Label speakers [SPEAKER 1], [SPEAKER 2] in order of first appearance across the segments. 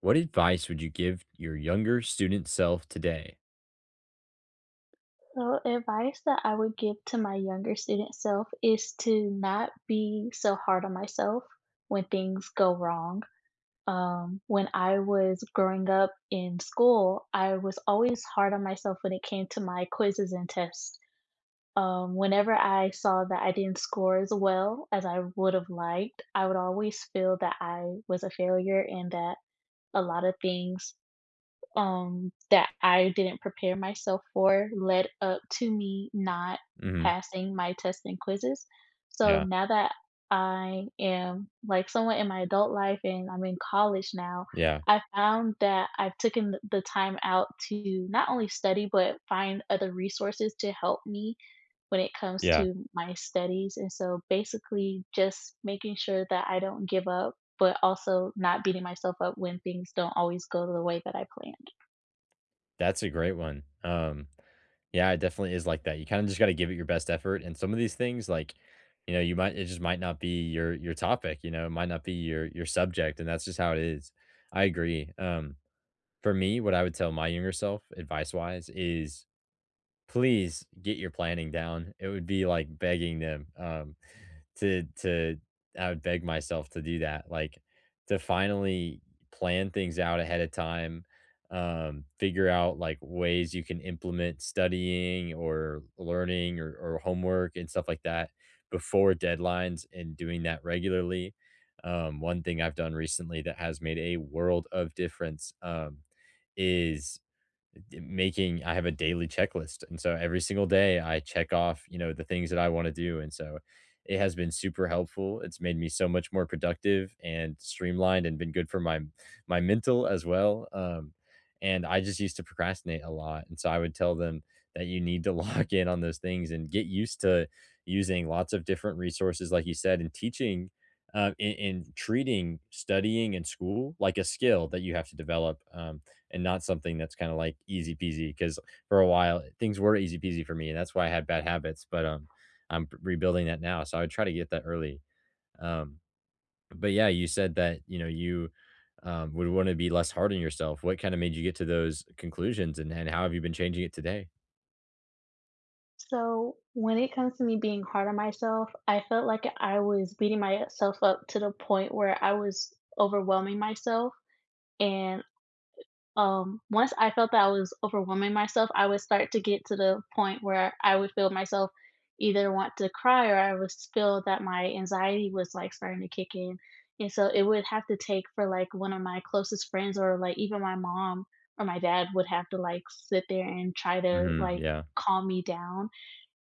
[SPEAKER 1] What advice would you give your younger student self today?
[SPEAKER 2] So, advice that I would give to my younger student self is to not be so hard on myself when things go wrong. When I was growing up in school, I was always hard on myself when it came to my quizzes and tests. Whenever I saw that I didn't score as well as I would have liked, I would always feel that I was a failure and that a lot of things that I didn't prepare myself for led up to me not
[SPEAKER 1] Mhm.
[SPEAKER 2] passing my tests and quizzes. So
[SPEAKER 1] Yeah.
[SPEAKER 2] now that I am like somewhat in my adult life and I'm in college now,
[SPEAKER 1] Yeah.
[SPEAKER 2] I found that I've taken the time out to not only study but find other resources to help me when it comes
[SPEAKER 1] Yeah.
[SPEAKER 2] to my studies. And so basically just making sure that I don't give up but also not beating myself up when things don't always go the way that I planned.
[SPEAKER 1] That's a great one. Yeah, it definitely is like that. You kind of just got to give it your best effort. And some of these things, like, you might, it just might not be your topic, it might not be your subject. And that's just how it is. I agree. For me, what I would tell my younger self advice wise is please get your planning down. It would be like begging them, to I would beg myself to do that, like, to finally plan things out ahead of time, figure out, like, ways you can implement studying or learning or homework and stuff like that before deadlines and doing that regularly. One thing I've done recently that has made a world of difference, is d- making I have a daily checklist. And so every single day I check off, you know, the things that I want to do. And so it has been super helpful. It's made me so much more productive and streamlined and been good for my mental as well. And I just used to procrastinate a lot. And so I would tell them that you need to lock in on those things and get used to using lots of different resources, like you said, and teaching in treating studying in school like a skill that you have to develop. And not something that's kind of like easy peasy, because for a while things were easy peasy for me and that's why I had bad habits, but I'm rebuilding that now, so I would try to get that early, um but yeah, you said that you would want to be less hard on yourself. What kind of made you get to those conclusions, and how have you been changing it today?
[SPEAKER 2] So, when it comes to me being hard on myself, I felt like I was beating myself up to the point where I was overwhelming myself. And once I felt that I was overwhelming myself, I would start to get to the point where I would feel myself either want to cry or I would feel that my anxiety was like starting to kick in. And so it would have to take for like one of my closest friends or like even my mom or my dad would have to like sit there and try to
[SPEAKER 1] Hmm,
[SPEAKER 2] like
[SPEAKER 1] yeah.
[SPEAKER 2] calm me down.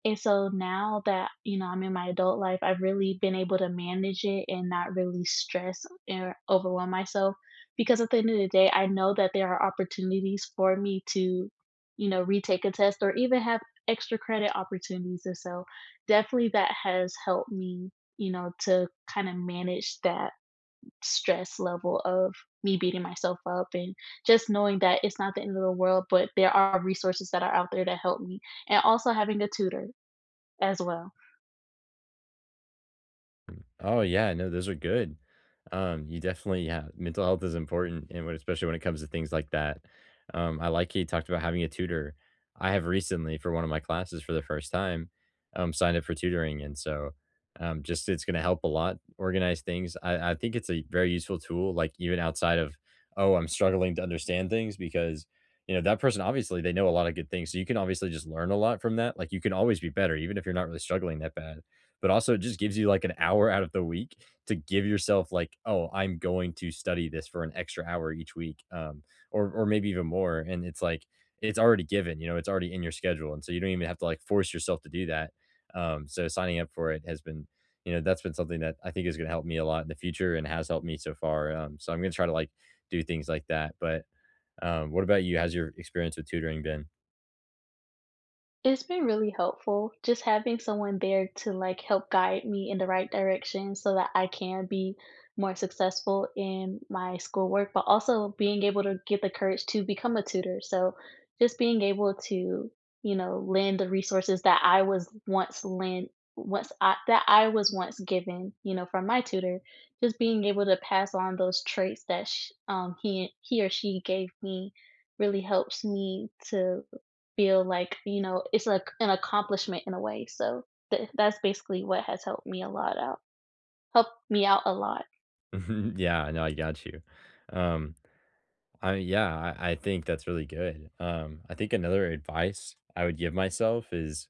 [SPEAKER 2] And so now that, you know, I'm in my adult life, I've really been able to manage it and not really stress or overwhelm myself because at the end of the day, I know that there are opportunities for me to, you know, retake a test or even have extra credit opportunities. And so definitely that has helped me, you know, to kind of manage that stress level of me beating myself up and just knowing that it's not the end of the world, but there are resources that are out there to help me and also having a tutor as well.
[SPEAKER 1] Oh yeah, no, those are good. You definitely, yeah, mental health is important, and especially when it comes to things like that. I, like, you talked about having a tutor. I have recently, for one of my classes, for the first time, signed up for tutoring, and so just it's going to help a lot organize things. I think it's a very useful tool, like even outside of, oh, I'm struggling to understand things, because you know that person obviously they know a lot of good things, so you can obviously just learn a lot from that. Like, you can always be better, even if you're not really struggling that bad, but also it just gives you like an hour out of the week to give yourself like, oh, I'm going to study this for an extra hour each week, or maybe even more. And it's like it's already given, you know, it's already in your schedule, and so you don't even have to like force yourself to do that. So signing up for it has been, that's been something that I think is going to help me a lot in the future and has helped me so far. So I'm going to try to like do things like that. But what about you? How's your experience with tutoring been?
[SPEAKER 2] It's been really helpful just having someone there to like help guide me in the right direction so that I can be more successful in my schoolwork, but also being able to get the courage to become a tutor. So just being able to, you know, lend the resources that I was once lent that I was once given, you know, from my tutor, just being able to pass on those traits that he or she gave me really helps me to feel like, you know, it's like an accomplishment in a way. So that's basically what has helped me helped me out a lot.
[SPEAKER 1] Yeah, I know, I got you. Um, I Yeah, I think that's really good. I think another advice I would give myself is,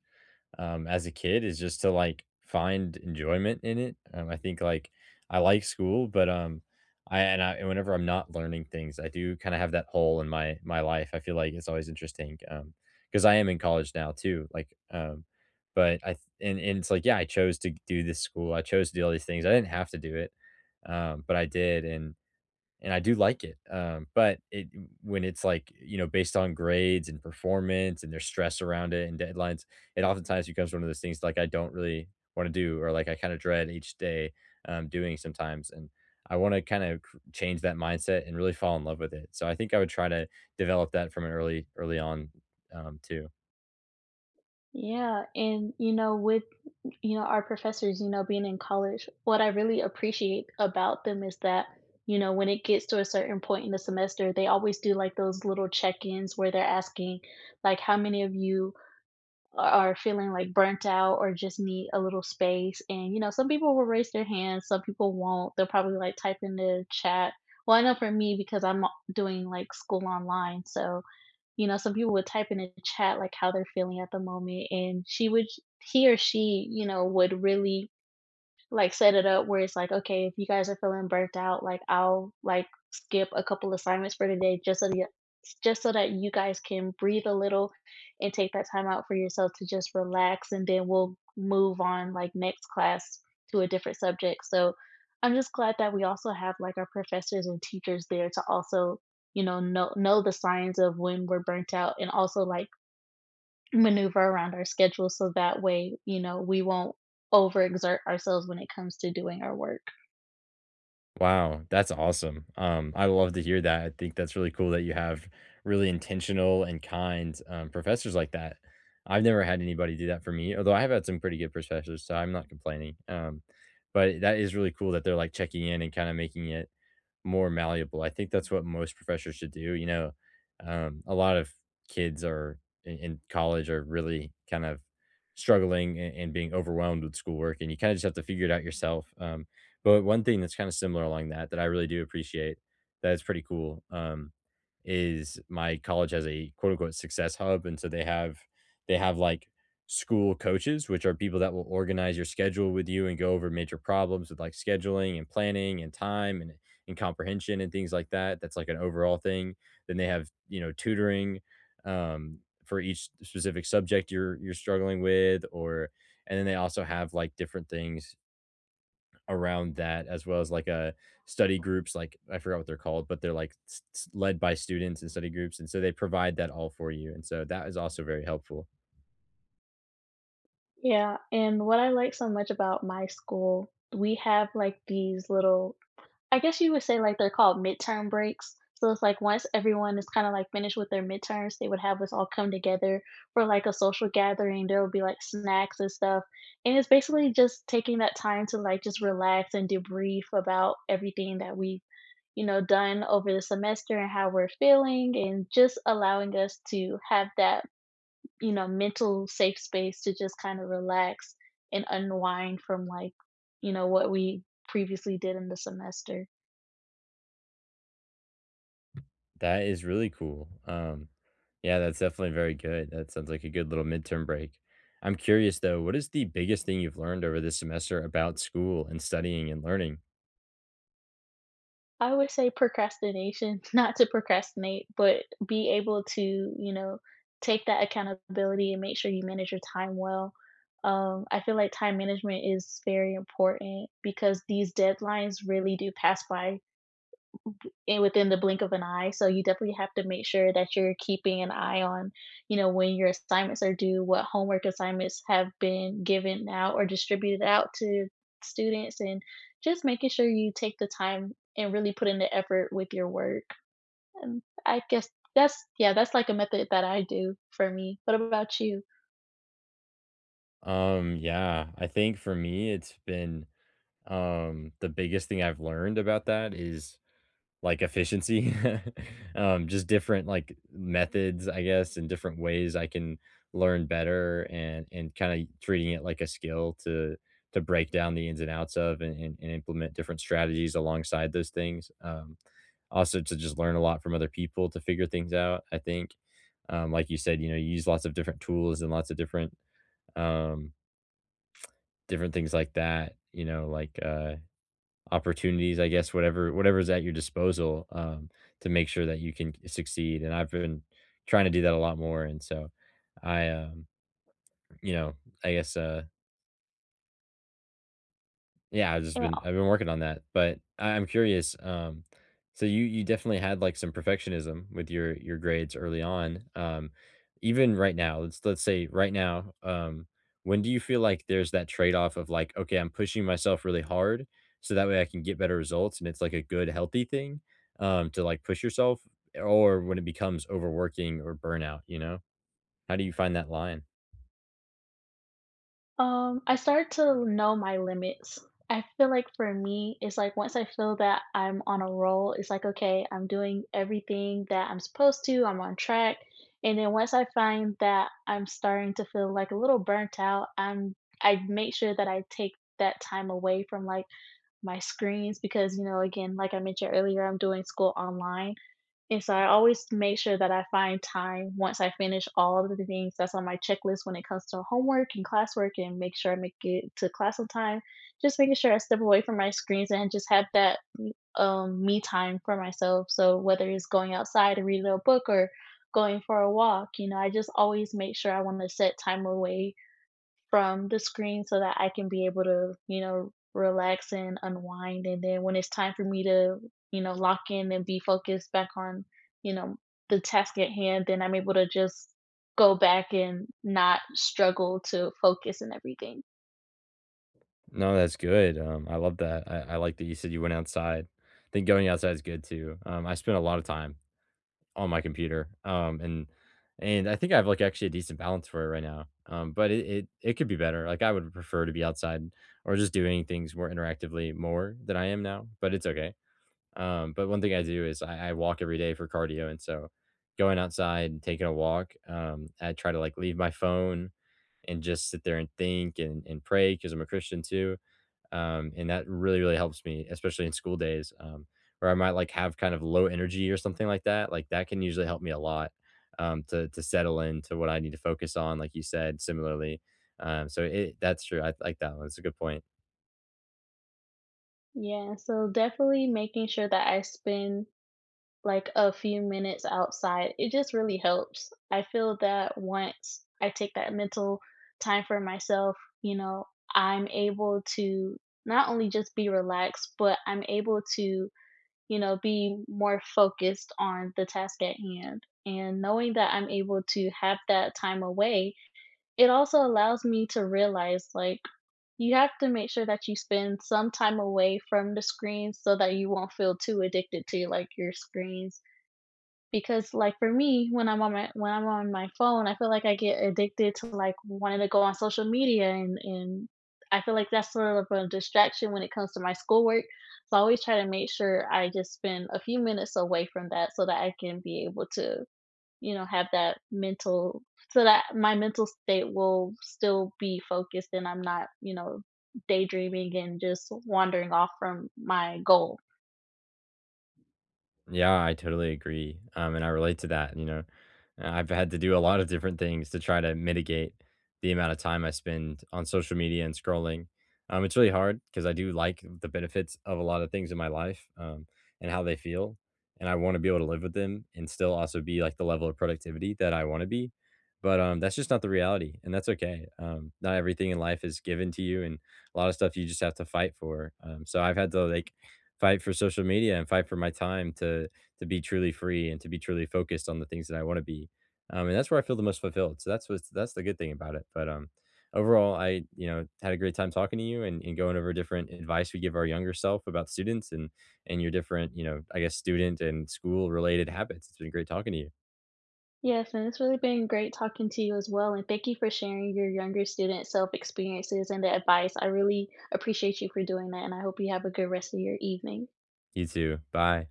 [SPEAKER 1] as a kid, is just to like find enjoyment in it. I think, like, I like school, but I and whenever I'm not learning things, I do kind of have that hole in my life. I feel like it's always interesting, because I am in college now too. Like, but I th- and it's like, yeah, I chose to do this school. I chose to do all these things. I didn't have to do it, but I did, and I do like it. But it when it's like, based on grades and performance and there's stress around it and deadlines, it oftentimes becomes one of those things like I don't really want to do or like I kind of dread each day doing sometimes. And I want to kind of change that mindset and really fall in love with it. So I think I would try to develop that from an early early on, too.
[SPEAKER 2] Yeah, and you know, with you know our professors, you know, being in college, what I really appreciate about them is that you know when it gets to a certain point in the semester, they always do like those little check-ins where they're asking, like, how many of you are feeling like burnt out or just need a little space. And, you know, some people will raise their hands, some people won't. They'll probably like type in the chat. Well, I know for me, because I'm doing like school online. So, you know, some people would type in the chat like how they're feeling at the moment. And she would, he or she, you know, would really like set it up where it's like, okay, if you guys are feeling burnt out, like I'll like skip a couple assignments for today just so that you guys can breathe a little and take that time out for yourself to just relax and then we'll move on like next class to a different subject. So I'm just glad that we also have like our professors and teachers there to also, you know, know the signs of when we're burnt out and also like maneuver around our schedule so that way, you know, we won't overexert ourselves when it comes to doing our work.
[SPEAKER 1] Wow, that's awesome. I love to hear that. I think that's really cool that you have really intentional and kind, professors like that. I've never had anybody do that for me, although I have had some pretty good professors, so I'm not complaining. But that is really cool that they're like checking in and kind of making it more malleable. I think that's what most professors should do. You know, a lot of kids are in college are really kind of struggling, and being overwhelmed with schoolwork, and you kind of just have to figure it out yourself. But one thing that's kind of similar along that that I really do appreciate, that is pretty cool, is my college has a quote unquote success hub, and so they have like school coaches which are people that will organize your schedule with you and go over major problems with like scheduling and planning and time and comprehension and things like that. That's like an overall thing. Then they have, tutoring, um, for each specific subject you're struggling with, or and then they also have like different things around that, as well as like a study groups like I forgot what they're called but they're like led by students and study groups, and so they provide that all for you, and so that is also very helpful.
[SPEAKER 2] Yeah, and what I like so much about my school, we have like these little I guess you would say, like, they're called midterm breaks. So it's like once everyone is kinda, like, finished with their midterms, they would have us all come together for, like, a social gathering. There would be, like, snacks and stuff, and it's basically just taking that time to, like, just relax and debrief about everything that we've, you know, done over the semester and how we're feeling and just allowing us to have that, you know, mental safe space to just kinda relax and unwind from, like, you know, what we previously did in the semester.
[SPEAKER 1] That is really cool. Yeah, that's definitely very good. That sounds like a good little midterm break. I'm curious though, what is the biggest thing you've learned over this semester about school and studying and learning?
[SPEAKER 2] I would say procrastination, not to procrastinate, but be able to, you know, take that accountability and make sure you manage your time well. I feel like time management is very important because these deadlines really do pass by and within the blink of an eye. So you definitely have to make sure that you're keeping an eye on, you know, when your assignments are due, what homework assignments have been given out or distributed out to students, and just making sure you take the time and really put in the effort with your work. And I guess that's yeah, that's like a method that I do for me. What about you?
[SPEAKER 1] Yeah, I think for me, it's been, the biggest thing I've learned about that is, like, efficiency? Just different, like, methods, I guess, and different ways I can learn better and kinda treating it like a skill to break down the ins and outs of, and implement different strategies alongside those things. Also to just learn a lot from other people to figure things out, I think. Like you said, you know, you use lots of different tools and lots of different, um different things like that, like, opportunities, I guess, whatever whatever's at your disposal, to make sure that you can succeed, and I've been trying to do that a lot more, and so I, you know, I guess, yeah, I've been working on that, but I'm curious. So you definitely had like some perfectionism with your grades early on. Even right now, let's say right now, when do you feel like there's that trade off of like, okay, I'm pushing myself really hard, so that way I can get better results, and it's like a good healthy thing, to like push yourself, or when it becomes overworking or burnout, you know? How do you find that line?
[SPEAKER 2] I started to know my limits. I feel like for me, it's like once I feel that I'm on a roll, it's like, okay, I'm doing everything that I'm supposed to, I'm on track. And then once I find that I'm starting to feel like a little burnt out, I make sure that I take that time away from like my screens because, you know, again, like I mentioned earlier, I'm doing school online. And so I always make sure that I find time once I finish all of the things that's on my checklist when it comes to homework and classwork and make sure I make it to class on time. Just making sure I step away from my screens and just have that me time for myself. So whether it's going outside and reading a book or going for a walk, you know, I just always make sure I want to set time away from the screen so that I can be able to, you know, relax and unwind. And then when it's time for me to, you know, lock in and be focused back on, you know, the task at hand, then I'm able to just go back and not struggle to focus and everything.
[SPEAKER 1] No, that's good. I love that. I like that you said you went outside. I think going outside is good too. I spend a lot of time on my computer. And I think I have like actually a decent balance for it right now. But it could be better. Like, I would prefer to be outside or just doing things more interactively more than I am now, but it's okay. But one thing I do is I walk every day for cardio, and so going outside and taking a walk, I try to like leave my phone and just sit there and think and pray because I'm a Christian too. And that really really helps me, especially in school days, where I might like have kind of low energy or something like that. Like that can usually help me a lot, to settle into what I need to focus on, like you said. Similarly, that's true. I like that one. It's a good point.
[SPEAKER 2] Yeah, so definitely making sure that I spend like a few minutes outside, it just really helps. I feel that once I take that mental time for myself, you know, I'm able to not only just be relaxed, but I'm able to, you know, be more focused on the task at hand. And knowing that I'm able to have that time away, it also allows me to realize like you have to make sure that you spend some time away from the screens so that you won't feel too addicted to like your screens because, like, for me, when I'm on my when I'm on my phone, I feel like I get addicted to, like, wanting to go on social media and I feel like that's sort of a distraction when it comes to my schoolwork, so I always try to make sure I just spend a few minutes away from that so that I can be able to, you know, have that mental so that my mental state will still be focused and I'm not, you know, daydreaming and just wandering off from my goal.
[SPEAKER 1] Yeah, I totally agree. And I relate to that. You know, I've had to do a lot of different things to try to mitigate the amount of time I spend on social media and scrolling. It's really hard because I do like the benefits of a lot of things in my life, and how they feel. And I want to be able to live with them and still also be like the level of productivity that I want to be. But that's just not the reality. And that's okay. Not everything in life is given to you. And a lot of stuff you just have to fight for. So I've had to like fight for social media and fight for my time to be truly free and to be truly focused on the things that I want to be. And that's where I feel the most fulfilled. So that's the good thing about it. But overall, I had a great time talking to you, and going over different advice we give our younger self about students and your different, I guess, student and school related habits. It's been great talking to you.
[SPEAKER 2] Yes, and it's really been great talking to you as well. And thank you for sharing your younger student self experiences and the advice. I really appreciate you for doing that. And I hope you have a good rest of your evening.
[SPEAKER 1] You too. Bye.